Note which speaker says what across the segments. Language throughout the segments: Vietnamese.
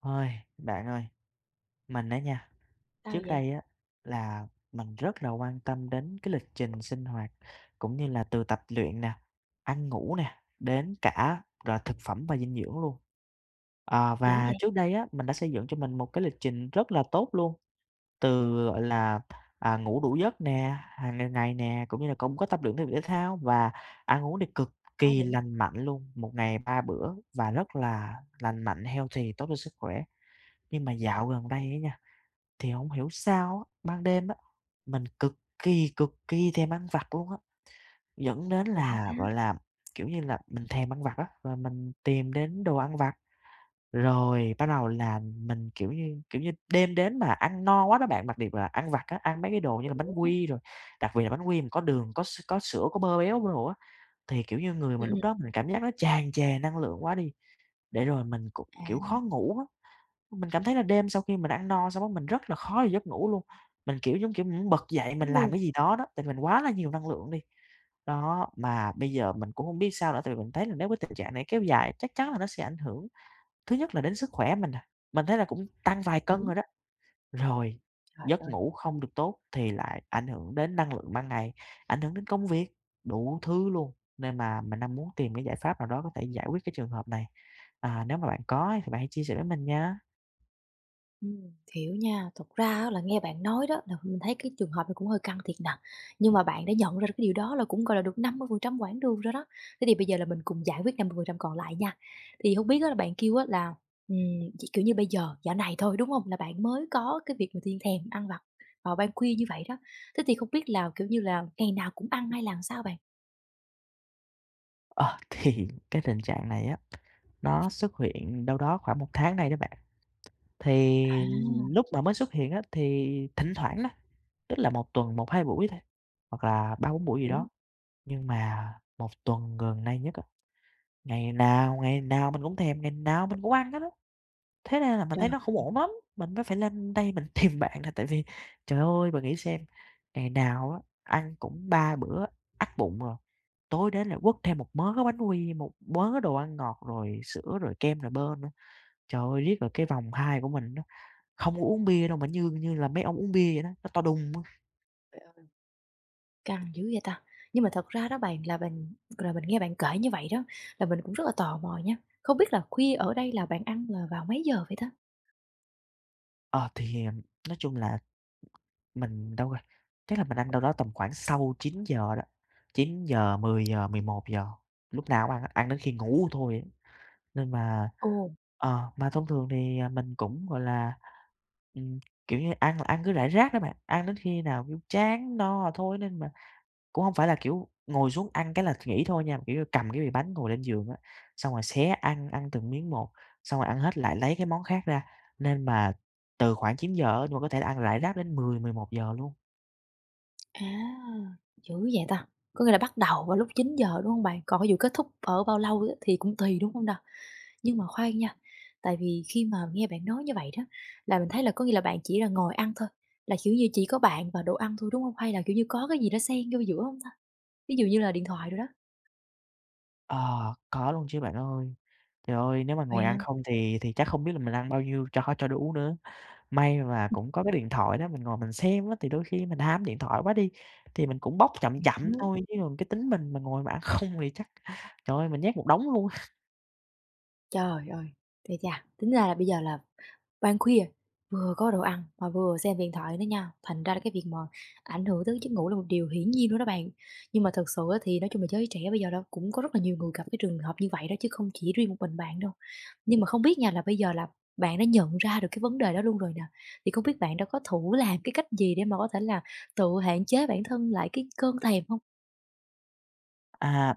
Speaker 1: Ôi, bạn ơi, mình á nha,
Speaker 2: Sao
Speaker 1: trước
Speaker 2: vậy?
Speaker 1: đây á là mình rất là quan tâm đến cái lịch trình sinh hoạt cũng như là từ tập luyện nè, ăn ngủ nè, đến cả rồi thực phẩm và dinh dưỡng luôn. Ờ,
Speaker 2: Dữ
Speaker 1: và
Speaker 2: vậy,
Speaker 1: trước đây á mình đã xây dựng cho mình một cái lịch trình rất là tốt luôn, từ, gọi là, à, ngủ đủ giấc nè, hàng ngày nè, cũng như là cũng có tập luyện thể dục thể thao và ăn uống thì cực
Speaker 2: quá
Speaker 1: kỳ
Speaker 2: đỉnh,
Speaker 1: lành mạnh luôn, một ngày 3 bữa và rất là lành mạnh, healthy, tốt cho sức khỏe. Nhưng mà dạo gần đây á nha, thì không hiểu sao á, ban đêm á, mình cực kỳ thèm ăn vặt luôn á, dẫn đến
Speaker 2: lạ ta,
Speaker 1: là, gọi là, kiểu như là, mình thèm ăn vặt á, và mình tìm đến đồ ăn vặt, rồi bắt đầu là mình, kiểu như, đêm đến mà ăn no quá đó bạn, đặc biệt là ăn vặt á, ăn mấy cái đồ như là
Speaker 2: hiểu
Speaker 1: bánh
Speaker 2: á.
Speaker 1: quy rồi, đặc biệt là bánh quy mà có đường, có sữa, có bơ béo đồ á, thì, kiểu như, người
Speaker 2: Ừm,
Speaker 1: mình lúc
Speaker 2: ừm,
Speaker 1: đó mình cảm giác nó tràn trề năng lượng quá đi, để rồi mình cũng, kiểu,
Speaker 2: à,
Speaker 1: khó ngủ á. Mình cảm thấy là đêm sau khi mình ăn no xong đó mình rất là khó để giấc ngủ luôn. Mình, kiểu, giống kiểu, muốn bật dậy mình
Speaker 2: đúng
Speaker 1: làm
Speaker 2: luôn,
Speaker 1: cái gì đó đó, tại vì mình quá là nhiều năng lượng đi. Đó, mà bây giờ mình cũng hông biết sao nữa, tại vì mình thấy là nếu cái tình trạng này kéo dài chắc chắn là nó sẽ ảnh hưởng, thứ nhất là đến sức khỏe mình nè, mình thấy là cũng tăng vài
Speaker 2: đồng
Speaker 1: cân
Speaker 2: ý,
Speaker 1: rồi đó. Rồi,
Speaker 2: trời
Speaker 1: giấc
Speaker 2: ơi,
Speaker 1: ngủ không được tốt thì lại ảnh hưởng đến năng lượng ban ngày, ảnh hưởng đến công việc, đủ thứ luôn. Nên mà mình đang muốn tìm cái giải pháp nào đó có thể giải quyết cái trường hợp này. À, nếu mà bạn có ấy thì bạn hãy chia sẻ với mình nha.
Speaker 2: hiểu nha. Thật ra á là nghe bạn nói đó là mình thấy cái trường hợp này cũng hơi căng thiệt nè, nhưng mà bạn đã nhận ra được cái điều đó là cũng, gọi là, được 50% quãng đường rồi đó. Thế thì bây giờ là mình cùng giải quyết 50% còn lại nha. Thì hông biết á là bạn kêu á là, ừm, chỉ, kiểu như, bây giờ dạo này thôi, đúng hông? Là bạn mới có cái việc mà thiên thèm ăn vặt vào ban khuya như vậy đó. Thế thì không biết là, kiểu như là, ngày nào cũng ăn hay là làm sao bạn?
Speaker 1: Ờ, thì cái tình trạng này á, nó xuất hiện đâu đó khoảng một tháng nay đó bạn.
Speaker 2: À,
Speaker 1: Thì lúc mà mới xuất hiện á, thì thỉnh thoảng đó, tức là một tuần một hai buổi thôi, hoặc là ba bốn buổi gì đó.
Speaker 2: hiểu,
Speaker 1: Nhưng mà một tuần gần đây nhất á, ngày nào mình cũng thèm, ngày nào mình cũng ăn hết á. Thế nên là mình
Speaker 2: trời.
Speaker 1: thấy nó không ổn lắm, mình mới phải lên đây mình tìm bạn là tại vì, trời ơi, bà nghĩ xem, ngày nào á, ăn cũng 3 bữa ắt bụng rồi, tối đến lại quất thêm một mớ bánh quy, một mớ đồ ăn ngọt, rồi sữa, rồi kem, rồi bơ nữa. Trời ơi, riết rồi cái vòng hai của mình nó không có uống bia đâu mà như như là mấy ông uống bia vậy đó, nó to đùng á.
Speaker 2: Căng dữ vậy ta! Nhưng mà thật ra đó bạn là mình nghe bạn kể như vậy đó, là mình cũng rất là tò mò nha. Không biết là khuya ở đây là bạn ăn là vào mấy giờ vậy ta?
Speaker 1: Ờ, thì, nói chung là mình đâu rồi, chắc là mình ăn đâu đó tầm khoảng sau 9 giờ đó, chín giờ giờ 10 giờ, 11 giờ lúc nào cũng ăn ăn đến khi ngủ thôi á. Nên mà
Speaker 2: Ồ.
Speaker 1: mà thông thường thì, mình cũng, gọi là, ừm, kiểu như, ăn là ăn cứ rải rác đó bạn, ăn đến khi nào, kiểu, chán no thôi nên mà cũng không phải là, kiểu, ngồi xuống ăn cái là nghỉ thôi nha, kiểu như, cầm cái bìa bánh ngồi lên giường á, xong rồi xé ăn, ăn từng miếng một, xong rồi ăn hết lại lấy cái món khác ra. Nên mà từ khoảng 9:00 á, nhưng mà có thể là ăn rải rác đến mười mười một giờ luôn.
Speaker 2: À, dữ vậy ta! Có nghĩa là bắt đầu vào lúc 9 giờ đúng không bạn? Còn cái vụ kết thúc ở bao lâu á thì cũng tùy, đúng không nè? Nhưng mà khoan nha, tại vì khi mà nghe bạn nói như vậy đó, là mình thấy là có nghĩa là bạn chỉ là ngồi ăn thôi, là, kiểu như, chỉ có bạn và đồ ăn thôi, đúng không? Hay là, kiểu như, có cái gì đó xen vô giữa không ta? Ví dụ như là điện thoại rồi đó?
Speaker 1: Ờ, có luôn chứ bạn ơi. Trời ơi, nếu mà
Speaker 2: Vậy
Speaker 1: ngồi
Speaker 2: hả?
Speaker 1: ăn không thì chắc không biết là mình ăn bao nhiêu cho đủ nữa. May là cũng có cái điện thoại đó, mình ngồi mình xem á, thì đôi khi mình ham điện thoại quá đi, thì mình cũng bóc chậm chậm
Speaker 2: Ừm.
Speaker 1: thôi, chứ còn cái tính mình mà ngồi mà ăn không thì chắc, trời ơi, mình nhét một đống luôn.
Speaker 2: Trời ơi, ây chà, tính ra là bây giờ là ban khuya, vừa có đồ ăn mà vừa xem điện thoại nữa nha, thành ra là cái việc mà ảnh hưởng tới giấc ngủ là một điều hiển nhiên luôn đó bạn. Nhưng mà thật sự á thì nói chung là giới trẻ bây giờ đó cũng có rất là nhiều người gặp cái trường hợp như vậy đó chứ không chỉ riêng một mình bạn đâu. Nhưng mà không biết nha là bây giờ là bạn đã nhận ra được cái vấn đề đó luôn rồi nè, thì không biết bạn đã có thử làm cái cách gì để mà có thể là tự hạn chế bản thân lại cái cơn thèm không?
Speaker 1: À,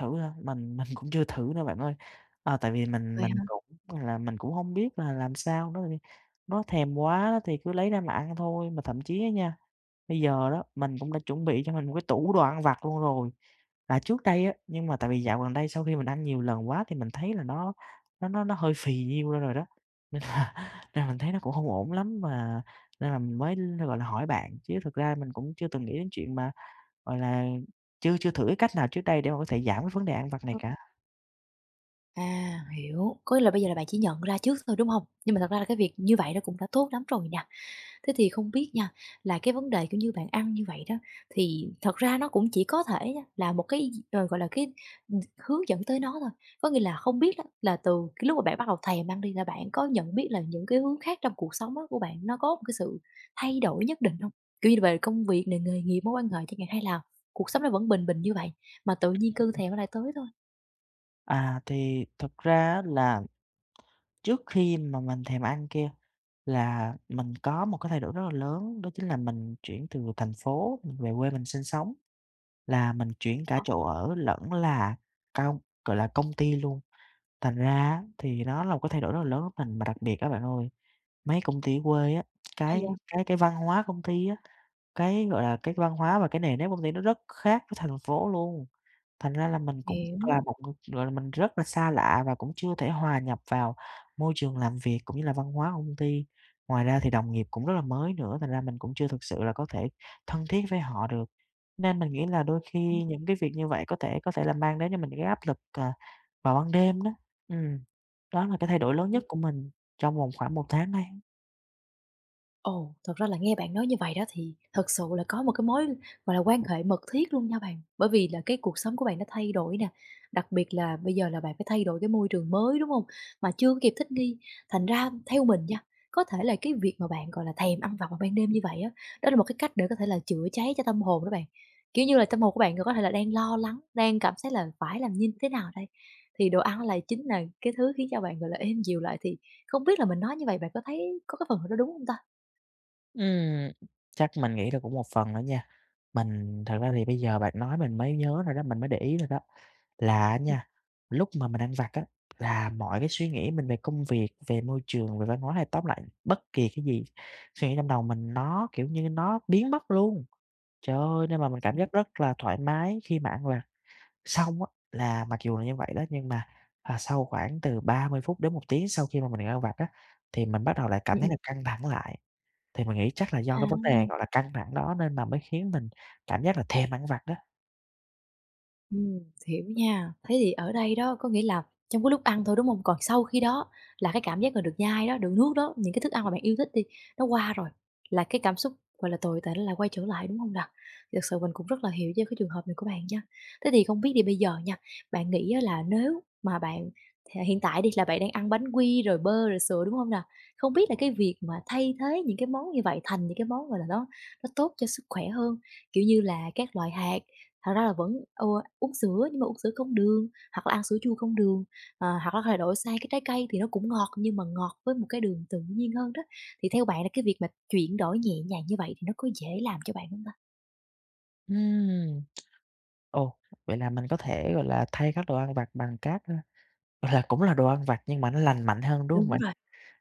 Speaker 1: thử hả? Mình cũng chưa thử nữa bạn ơi, tại vì mình
Speaker 2: Vậy
Speaker 1: mình cũng là mình cũng không biết là làm sao nữa, tại nó thèm quá thì cứ lấy ra mà ăn thôi. Mà thậm chí á nha. Bây giờ đó, mình cũng đã chuẩn bị cho mình một cái tủ đồ ăn vặt luôn rồi. Là trước đây á, nhưng mà tại vì dạo gần đây sau khi mình ăn nhiều lần quá thì mình thấy là nó hơi phì nhiêu ra rồi đó, nên là mình thấy nó cũng không ổn lắm mà nên là mình mới, gọi là, hỏi bạn, chứ thực ra mình cũng chưa từng nghĩ đến chuyện mà, gọi là, chưa chưa thử cái cách nào trước đây để mà có thể giảm cái vấn đề ăn vặt này
Speaker 2: hả?
Speaker 1: cả.
Speaker 2: À, hiểu, có nghĩa là bây giờ là bạn chỉ nhận ra trước thôi, đúng không? Nhưng mà thật ra là cái việc như vậy nó cũng đã tốt lắm rồi nè. Thế thì không biết nha, là cái vấn đề, kiểu như, bạn ăn như vậy đó, thì thật ra nó cũng chỉ có thể nha là một cái, ờ, gọi là, cái, hướng dẫn tới nó thôi. Có nghĩa là không biết á là từ cái lúc mà bạn bắt đầu thèm ăn đi là bạn có nhận biết là những cái hướng khác trong cuộc sống á của bạn nó có một cái sự thay đổi nhất định không? Kiểu như, về công việc này nghề nghiệp, mối quan hệ chẳng hạn, hay là cuộc sống nó vẫn bình bình như vậy, mà tự nhiên cơn thèm nó lại tới thôi?
Speaker 1: À, thì thật ra á là trước khi mà mình thèm ăn kia là mình có một cái thay đổi rất là lớn, đó chính là mình chuyển từ thành phố mình về quê mình sinh sống, là mình chuyển cả
Speaker 2: Ờ,
Speaker 1: chỗ ở lẫn là gọi là, công ty luôn. Thành ra á thì nó là một cái thay đổi rất là lớn của mình, mà đặc biệt các bạn ơi, mấy công ty quê á,
Speaker 2: sao
Speaker 1: cái
Speaker 2: vậy?
Speaker 1: cái cái văn hóa công ty á, cái, gọi là, cái văn hóa và cái nền nếp công ty nó rất khác với thành phố luôn. Thành ra là mình cũng là
Speaker 2: Hiểu.
Speaker 1: một người, gọi là, mình rất là xa lạ và cũng chưa thể hòa nhập vào môi trường làm việc cũng như là văn hóa công ty. Ngoài ra thì đồng nghiệp cũng rất là mới nữa, thành ra mình cũng chưa thực sự là có thể thân thiết với họ được. Nên mình nghĩ là đôi
Speaker 2: Ừm,
Speaker 1: khi những cái việc như vậy có thể là mang đến cho mình cái áp lực, vào ban đêm đó. Ừm, đó là cái thay đổi lớn nhất của mình trong vòng khoảng một tháng nay.
Speaker 2: Ồ, thật ra là nghe bạn nói như vậy đó thì thật sự là có một cái mối, gọi là, quan hệ mật thiết luôn nha bạn. Bởi vì là cái cuộc sống của bạn nó thay đổi nè, đặc biệt là bây giờ là bạn phải thay đổi cái môi trường mới, đúng không? Mà chưa kịp thích nghi, thành ra theo mình nha, có thể là cái việc mà bạn, gọi là, thèm ăn vặt vào ban đêm như vậy á, đó là một cái cách để có thể là chữa cháy cho tâm hồn đó bạn. Kiểu như là, tâm hồn của bạn có thể là đang lo lắng, đang cảm thấy là phải làm như thế nào đây? Thì đồ ăn là chính là cái thứ khiến cho bạn, gọi là, êm dịu lại, thì không biết là mình nói như vậy bạn có thấy có cái phần nào đó đúng không ta?
Speaker 1: Ừm, chắc mình nghĩ là cũng một phần nữa nha. Mình thật ra thì bây giờ bạn nói mình mới nhớ rồi đó, mình mới để ý rồi đó. Là á
Speaker 2: Ừ.
Speaker 1: nha, lúc mà mình ăn vặt á, là mọi cái suy nghĩ mình về công việc, về môi trường, về văn hóa hay tóm lại bất kỳ cái gì, suy nghĩ trong đầu mình nó, kiểu như, nó biến mất luôn. Trời ơi, nên mà mình cảm
Speaker 2: Ừm,
Speaker 1: giác rất là thoải mái khi mà ăn vặt. Xong á, là mặc dù là như vậy đó, nhưng mà, sau khoảng từ 30 phút đến một tiếng sau khi mà mình ăn vặt á, thì mình bắt đầu lại cảm thấy là
Speaker 2: ừm,
Speaker 1: căng thẳng lại. Thì mình nghĩ chắc là do cái vấn
Speaker 2: À.
Speaker 1: đề, gọi là, căng thẳng đó nên là mới khiến mình cảm giác là thèm ăn vặt đó.
Speaker 2: Ừm, hiểu nha. Thế thì ở đây đó có nghĩa là trong cái lúc ăn thôi, đúng hông? Còn sau khi đó là cái cảm giác mà được nhai đó, được nuốt đó, những cái thức ăn mà bạn yêu thích đi, nó qua rồi, là cái cảm xúc, gọi là, tồi tệ nó lại quay trở lại, đúng hông nè? Thực sự mình cũng rất là hiểu cho cái trường hợp này của bạn nha. Thế thì không biết đi bây giờ nha, bạn nghĩ á là nếu mà bạn thì hiện tại đi là bạn đang ăn bánh quy rồi bơ rồi sữa, đúng hông nè? Không biết là cái việc mà thay thế những cái món như vậy thành những cái món, gọi là, nó tốt cho sức khỏe hơn, kiểu như là các loại hạt. Thật ra là vẫn, ừ, uống sữa nhưng mà uống sữa không đường, hoặc là ăn sữa chua không đường, ờ, hoặc là có thể đổi sang cái trái cây thì nó cũng ngọt nhưng mà ngọt với một cái đường tự nhiên hơn đó. Thì theo bạn là cái việc mà chuyển đổi nhẹ nhàng như vậy thì nó có dễ làm cho bạn không ta?
Speaker 1: Ừm. Ồ, vậy là mình có thể, gọi là, thay các đồ ăn vặt bằng các, gọi là, cũng là đồ ăn vặt nhưng mà nó lành mạnh hơn, đúng hông
Speaker 2: Đúng
Speaker 1: bạn?
Speaker 2: rồi.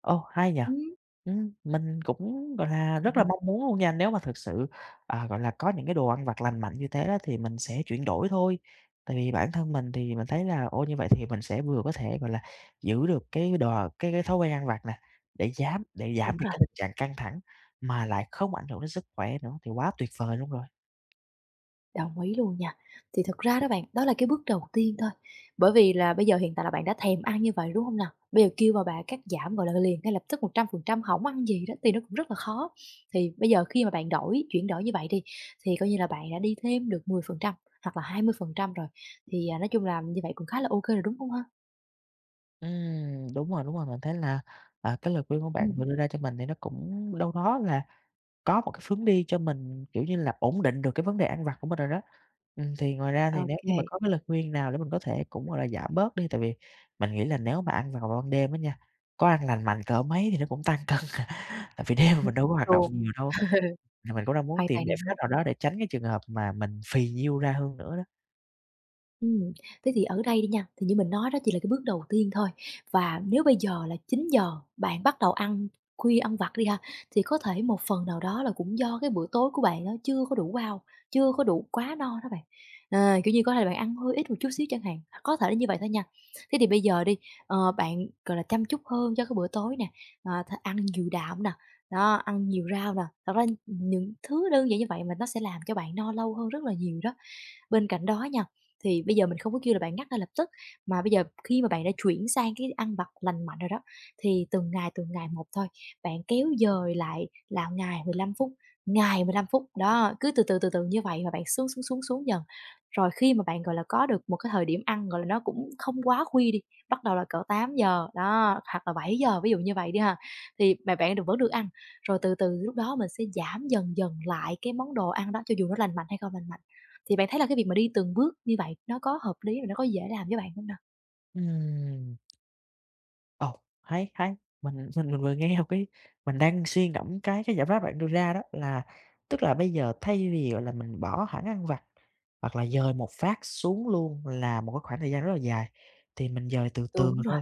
Speaker 1: Ồ, hay nhỉ?
Speaker 2: Ừm.
Speaker 1: Mình cũng, gọi là, rất là
Speaker 2: Ừm,
Speaker 1: mong muốn luôn nha, nếu mà thực sự, gọi là, có những cái đồ ăn vặt lành mạnh như thế đó thì mình sẽ chuyển đổi thôi. Tại vì bản thân mình thì mình thấy là, ô, như vậy thì mình sẽ vừa có thể, gọi là, giữ được cái đò cái thói quen ăn vặt nè, để để
Speaker 2: đúng
Speaker 1: giảm được
Speaker 2: rồi.
Speaker 1: cái tình trạng căng thẳng mà lại không ảnh hưởng đến sức khỏe nữa thì quá tuyệt vời luôn rồi.
Speaker 2: Đồng ý luôn nha. Thì thật ra đó bạn, đó là cái bước đầu tiên thôi. Bởi vì là bây giờ hiện tại là bạn đã thèm ăn như vậy, đúng không nào? Bây giờ kêu mà bạn cắt giảm, gọi là, liền ngay lập tức 100% không ăn gì đó thì nó cũng rất là khó. Thì bây giờ khi mà bạn chuyển đổi như vậy đi, thì coi như là bạn đã đi thêm được 10% hoặc là 20% rồi. Thì, à, nói chung là như vậy cũng khá là ok rồi, đúng không ha?
Speaker 1: Đúng rồi, đúng rồi, mình thấy là, cái lời khuyên của bạn
Speaker 2: Ừm.
Speaker 1: vừa đưa ra cho mình thì nó cũng đâu đó là có một cái hướng đi cho mình, kiểu như là, ổn định được cái vấn đề ăn vặt của mình rồi đó. Thì ngoài ra
Speaker 2: Ô
Speaker 1: thì nếu như
Speaker 2: kê.
Speaker 1: mà có cái lời khuyên nào để mình có thể cũng, gọi là, giảm bớt đi, tại vì mình nghĩ là nếu mà ăn vào ban đêm á nha, có ăn lành mạnh cỡ mấy thì nó cũng tăng cân tại vì đêm mà
Speaker 2: Đúng
Speaker 1: mình đâu có hoạt động
Speaker 2: luôn.
Speaker 1: nhiều đâu, là mình cũng đang muốn
Speaker 2: Hoàn
Speaker 1: tìm
Speaker 2: toàn
Speaker 1: giải
Speaker 2: đồng
Speaker 1: pháp
Speaker 2: ý.
Speaker 1: nào đó để tránh cái trường hợp mà mình phì nhiêu ra hơn nữa đó.
Speaker 2: Ừm, thế thì ở đây đi nha, thì như mình nói đó chỉ là cái bước đầu tiên thôi. Và nếu bây giờ là 9 giờ bạn bắt đầu ăn khuya, ăn vặt đi ha, thì có thể một phần nào đó là cũng do cái bữa tối của bạn nó chưa có đủ wow, chưa có đủ quá no đó bạn. À, kiểu như, có thể là bạn ăn hơi ít một chút xíu chẳng hạn, có thể là như vậy thôi nha. Thế thì bây giờ đi, ờ, bạn, gọi là, chăm chút hơn cho cái bữa tối nè, à, ăn nhiều đạm nè, đó, ăn nhiều rau nè. Thật ra những thứ đơn giản như vậy mà nó sẽ làm cho bạn no lâu hơn rất là nhiều đó. Bên cạnh đó nha, thì bây giờ mình không có kêu là bạn ngắt ngay lập tức, mà bây giờ khi mà bạn đã chuyển sang cái ăn vặt lành mạnh rồi đó, thì từng ngày một thôi, bạn kéo dời lại là ngày 15 phút, ngày 15 phút, đó, cứ từ từ, từ từ như vậy và bạn xuống, xuống, xuống, xuống dần. Rồi khi mà bạn, gọi là, có được một cái thời điểm ăn, gọi là, nó cũng không quá khuya đi, bắt đầu là cỡ 8 giờ đó, hoặc là 7 giờ ví dụ như vậy đi ha, thì mà bạn được vẫn được ăn, rồi từ từ lúc đó mình sẽ giảm dần dần lại cái món đồ ăn đó, cho dù nó lành mạnh hay không lành mạnh. Thì bạn thấy là cái việc mà đi từng bước như vậy nó có hợp lý và nó có dễ làm với bạn hông nè?
Speaker 1: Ừm. Ồ, hay, hay! Mình vừa nghe một cái mình đang suy ngẫm cái giải pháp bạn đưa ra đó là tức là bây giờ thay vì, gọi là, mình bỏ hẳn ăn vặt hoặc là dời một phát xuống luôn là một cái khoảng thời gian rất là dài, thì mình dời từ từ
Speaker 2: Đúng rồi.
Speaker 1: thôi.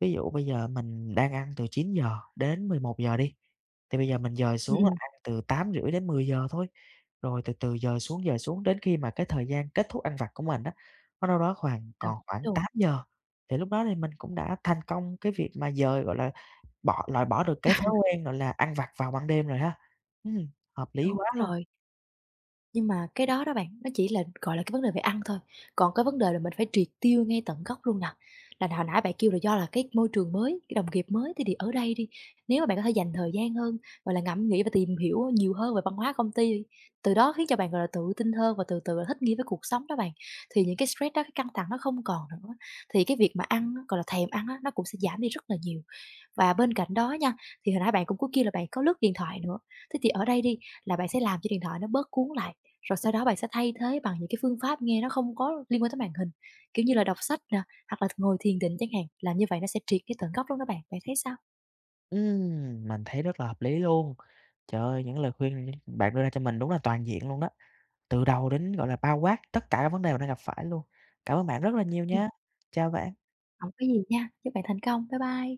Speaker 1: Ví dụ bây giờ mình đang ăn từ 9 giờ đến 11 giờ đi, thì bây giờ mình dời
Speaker 2: Ừm,
Speaker 1: xuống là
Speaker 2: ừm,
Speaker 1: ăn từ 8 rưỡi đến 10 giờ thôi, rồi từ từ dời xuống đến khi mà cái thời gian kết thúc ăn vặt của mình đó, nó đâu đó khoảng
Speaker 2: đồng
Speaker 1: còn
Speaker 2: ý
Speaker 1: khoảng
Speaker 2: luôn,
Speaker 1: 8 giờ. Thì lúc đó thì mình cũng đã thành công cái việc mà dời, gọi là, loại bỏ được cái thói quen, gọi là, ăn vặt vào ban đêm rồi ha. Ừm, hợp lý
Speaker 2: đúng
Speaker 1: quá luôn.
Speaker 2: rồi. Nhưng mà cái đó đó bạn, nó chỉ là, gọi là, cái vấn đề về ăn thôi, còn cái vấn đề là mình phải triệt tiêu ngay tận gốc luôn nè. Là hồi nãy bạn kêu là do là cái môi trường mới, cái đồng nghiệp mới thì ở đây đi, nếu mà bạn có thể dành thời gian hơn, gọi là, ngẫm nghĩ và tìm hiểu nhiều hơn về văn hóa công ty đi, từ đó khiến cho bạn, gọi là, tự tin hơn và từ từ là thích nghi với cuộc sống đó bạn, thì những cái stress đó, cái căng thẳng nó không còn nữa, thì cái việc mà ăn á, gọi là, thèm ăn á, nó cũng sẽ giảm đi rất là nhiều. Và bên cạnh đó nha, thì hồi nãy bạn cũng có kia là bạn có lướt điện thoại nữa, thế thì ở đây đi là bạn sẽ làm cho điện thoại nó bớt cuốn lại, rồi sau đó bạn sẽ thay thế bằng những cái phương pháp nghe nó không có liên quan tới màn hình, kiểu như là đọc sách nè, hoặc là ngồi thiền định chẳng hạn, làm như vậy nó sẽ triệt cái tận gốc luôn đó bạn. Bạn thấy sao?
Speaker 1: Mình thấy rất là hợp lý luôn. Trời ơi, những lời khuyên bạn đưa ra cho mình đúng là toàn diện luôn đó, từ đầu đến, gọi là, bao quát tất cả các vấn đề mình đang gặp phải luôn. Cảm ơn bạn rất là nhiều
Speaker 2: Ừm,
Speaker 1: nha. Chào bạn.
Speaker 2: hổng có gì nha. Chúc bạn thành công. Bye bye.